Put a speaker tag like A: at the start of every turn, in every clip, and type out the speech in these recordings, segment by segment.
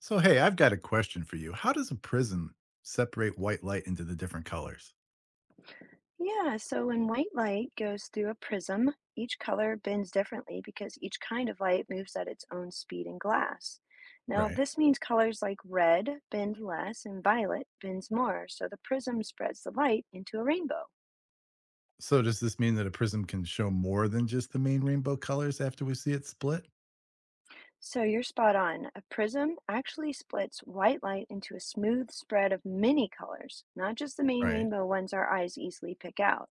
A: So, hey, I've got a question for you. How does a prism separate white light into the different colors?
B: Yeah, so when white light goes through a prism, each color bends differently because each kind of light moves at its own speed in glass. Now,
A: Right.
B: this means colors like red bend less and violet bends more, so the prism spreads the light into a rainbow.
A: So, does this mean that a prism can show more than just the main rainbow colors after we see it split?
B: So you're spot on. A prism actually splits white light into a smooth spread of many colors, not just the main
A: Right.
B: rainbow ones our eyes easily pick out.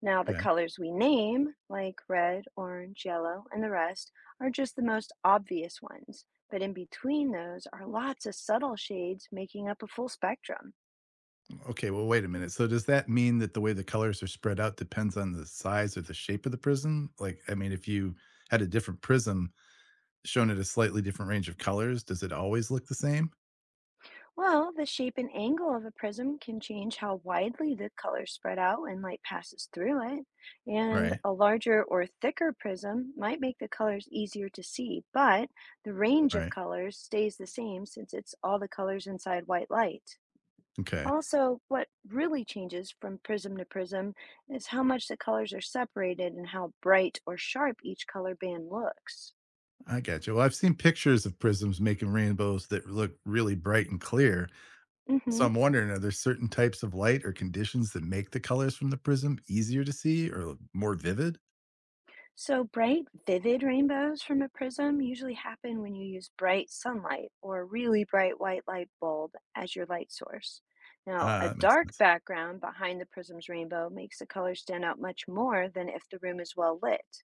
B: Now, the
A: Okay.
B: colors we name, like red, orange, yellow, and the rest, are just the most obvious ones. But in between those are lots of subtle shades making up a full spectrum.
A: Okay. Well, wait a minute. So, does that mean that the way the colors are spread out depends on the size or the shape of the prism? Like, I mean, if you had a different prism shown at a slightly different range of colors, does it always look the same?
B: Well, the shape and angle of a prism can change how widely the colors spread out when light passes through it. And
A: Right.
B: a larger or thicker prism might make the colors easier to see, but the range of
A: Right.
B: colors stays the same since it's all the colors inside white light.
A: Okay.
B: Also, what really changes from prism to prism is how much the colors are separated and how bright or sharp each color band looks.
A: I got you. Well, I've seen pictures of prisms making rainbows that look really bright and clear. So
B: hmm
A: I'm wondering, are there certain types of light or conditions that make the colors from the prism easier to see or more vivid?
B: So, bright, vivid rainbows from a prism usually happen when you use bright sunlight or a really bright white light bulb as your light source. Now, a
A: Ah, that makes
B: dark
A: sense.
B: background behind the prism's rainbow makes the colors stand out much more than if the room is well lit.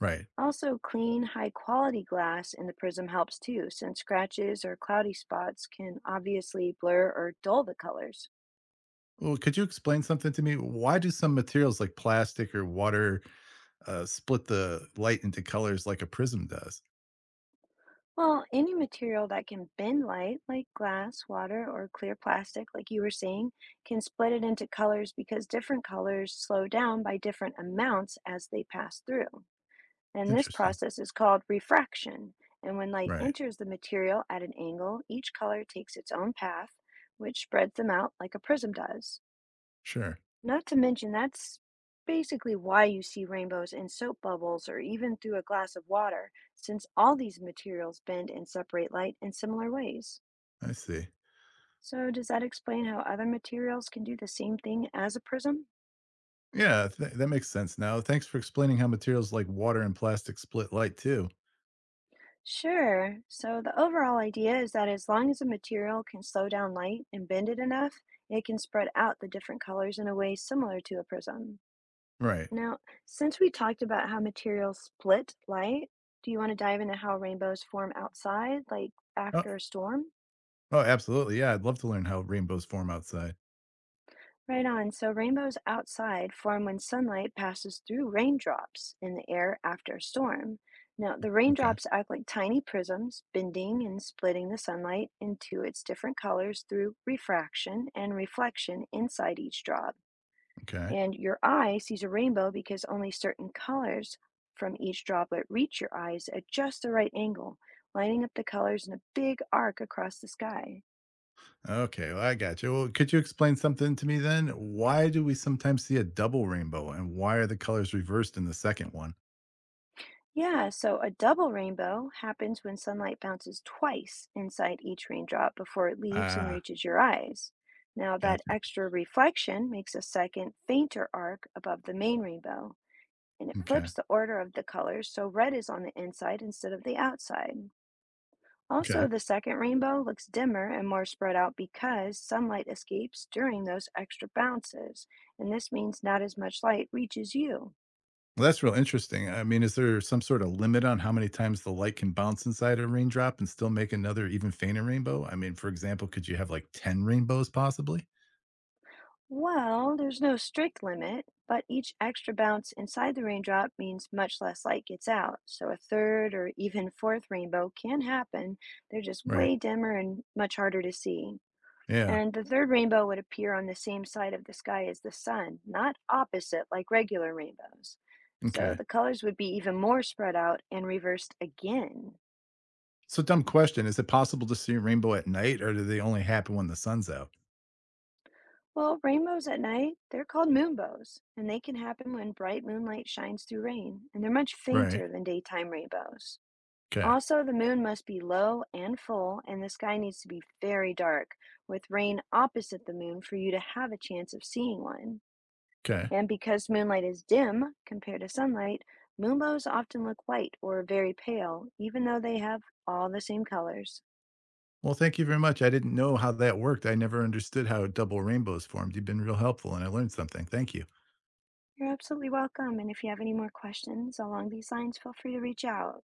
A: Right.
B: Also, clean, high quality glass in the prism helps too, since scratches or cloudy spots can obviously blur or dull the colors.
A: Well, could you explain something to me? Why do some materials like plastic or water split the light into colors like a prism does?
B: Well, any material that can bend light, like glass, water, or clear plastic, like you were saying, can split it into colors because different colors slow down by different amounts as they pass through. And this
A: Interesting.
B: process is called refraction. And when light
A: Right.
B: enters the material at an angle, each color takes its own path, which spreads them out like a prism does.
A: Sure.
B: Not to mention, that's basically why you see rainbows in soap bubbles or even through a glass of water, since all these materials bend and separate light in similar ways.
A: I see.
B: So, does that explain how other materials can do the same thing as a prism?
A: Yeah, that makes sense now. Thanks for explaining how materials like water and plastic split light too.
B: Sure. So, the overall idea is that as long as a material can slow down light and bend it enough, it can spread out the different colors in a way similar to a prism.
A: Right.
B: Now, since we talked about how materials split light, do you want to dive into how rainbows form outside, like
A: Oh,
B: after a storm?
A: oh, absolutely. Yeah, I'd love to learn how rainbows form outside.
B: Right on. So, rainbows outside form when sunlight passes through raindrops in the air after a storm. Now, the
A: Okay.
B: raindrops act like tiny prisms, bending and splitting the sunlight into its different colors through refraction and reflection inside each drop.
A: Okay.
B: And your eye sees a rainbow because only certain colors from each droplet reach your eyes at just the right angle, lining up the colors in a big arc across the sky.
A: Okay, well, I got you. Well, could you explain something to me then? Why do we sometimes see a double rainbow and why are the colors reversed in the second one?
B: Yeah, so a double rainbow happens when sunlight bounces twice inside each raindrop before it leaves and
A: Ah,
B: reaches your eyes. Now, that
A: gotcha.
B: extra reflection makes a second, fainter arc above the main rainbow, and it
A: Okay.
B: flips the order of the colors so red is on the inside instead of the outside.
A: Okay.
B: Also, the second rainbow looks dimmer and more spread out because sunlight escapes during those extra bounces, and this means not as much light reaches you.
A: Well, that's real interesting. I mean, is there some sort of limit on how many times the light can bounce inside a raindrop and still make another even fainter rainbow? I mean, for example, could you have like 10 rainbows possibly?
B: Well, there's no strict limit, but each extra bounce inside the raindrop means much less light gets out, so a third or even fourth rainbow can happen. They're just
A: Right.
B: way dimmer and much harder to see.
A: Yeah.
B: And the third rainbow would appear on the same side of the sky as the sun, not opposite like regular rainbows. So
A: Okay.
B: the colors would be even more spread out and reversed again.
A: So, dumb question. Is it possible to see a rainbow at night or do they only happen when the sun's out?
B: Well, rainbows at night, they're called moonbows, and they can happen when bright moonlight shines through rain, and they're much
A: Right.
B: fainter than daytime rainbows.
A: Okay.
B: Also, the moon must be low and full, and the sky needs to be very dark, with rain opposite the moon for you to have a chance of seeing one.
A: Okay.
B: And because moonlight is dim compared to sunlight, moonbows often look white or very pale, even though they have all the same colors.
A: Well, thank you very much. I didn't know how that worked. I never understood how double rainbows formed. You've been real helpful and I learned something. Thank you.
B: You're absolutely welcome. And if you have any more questions along these lines, feel free to reach out.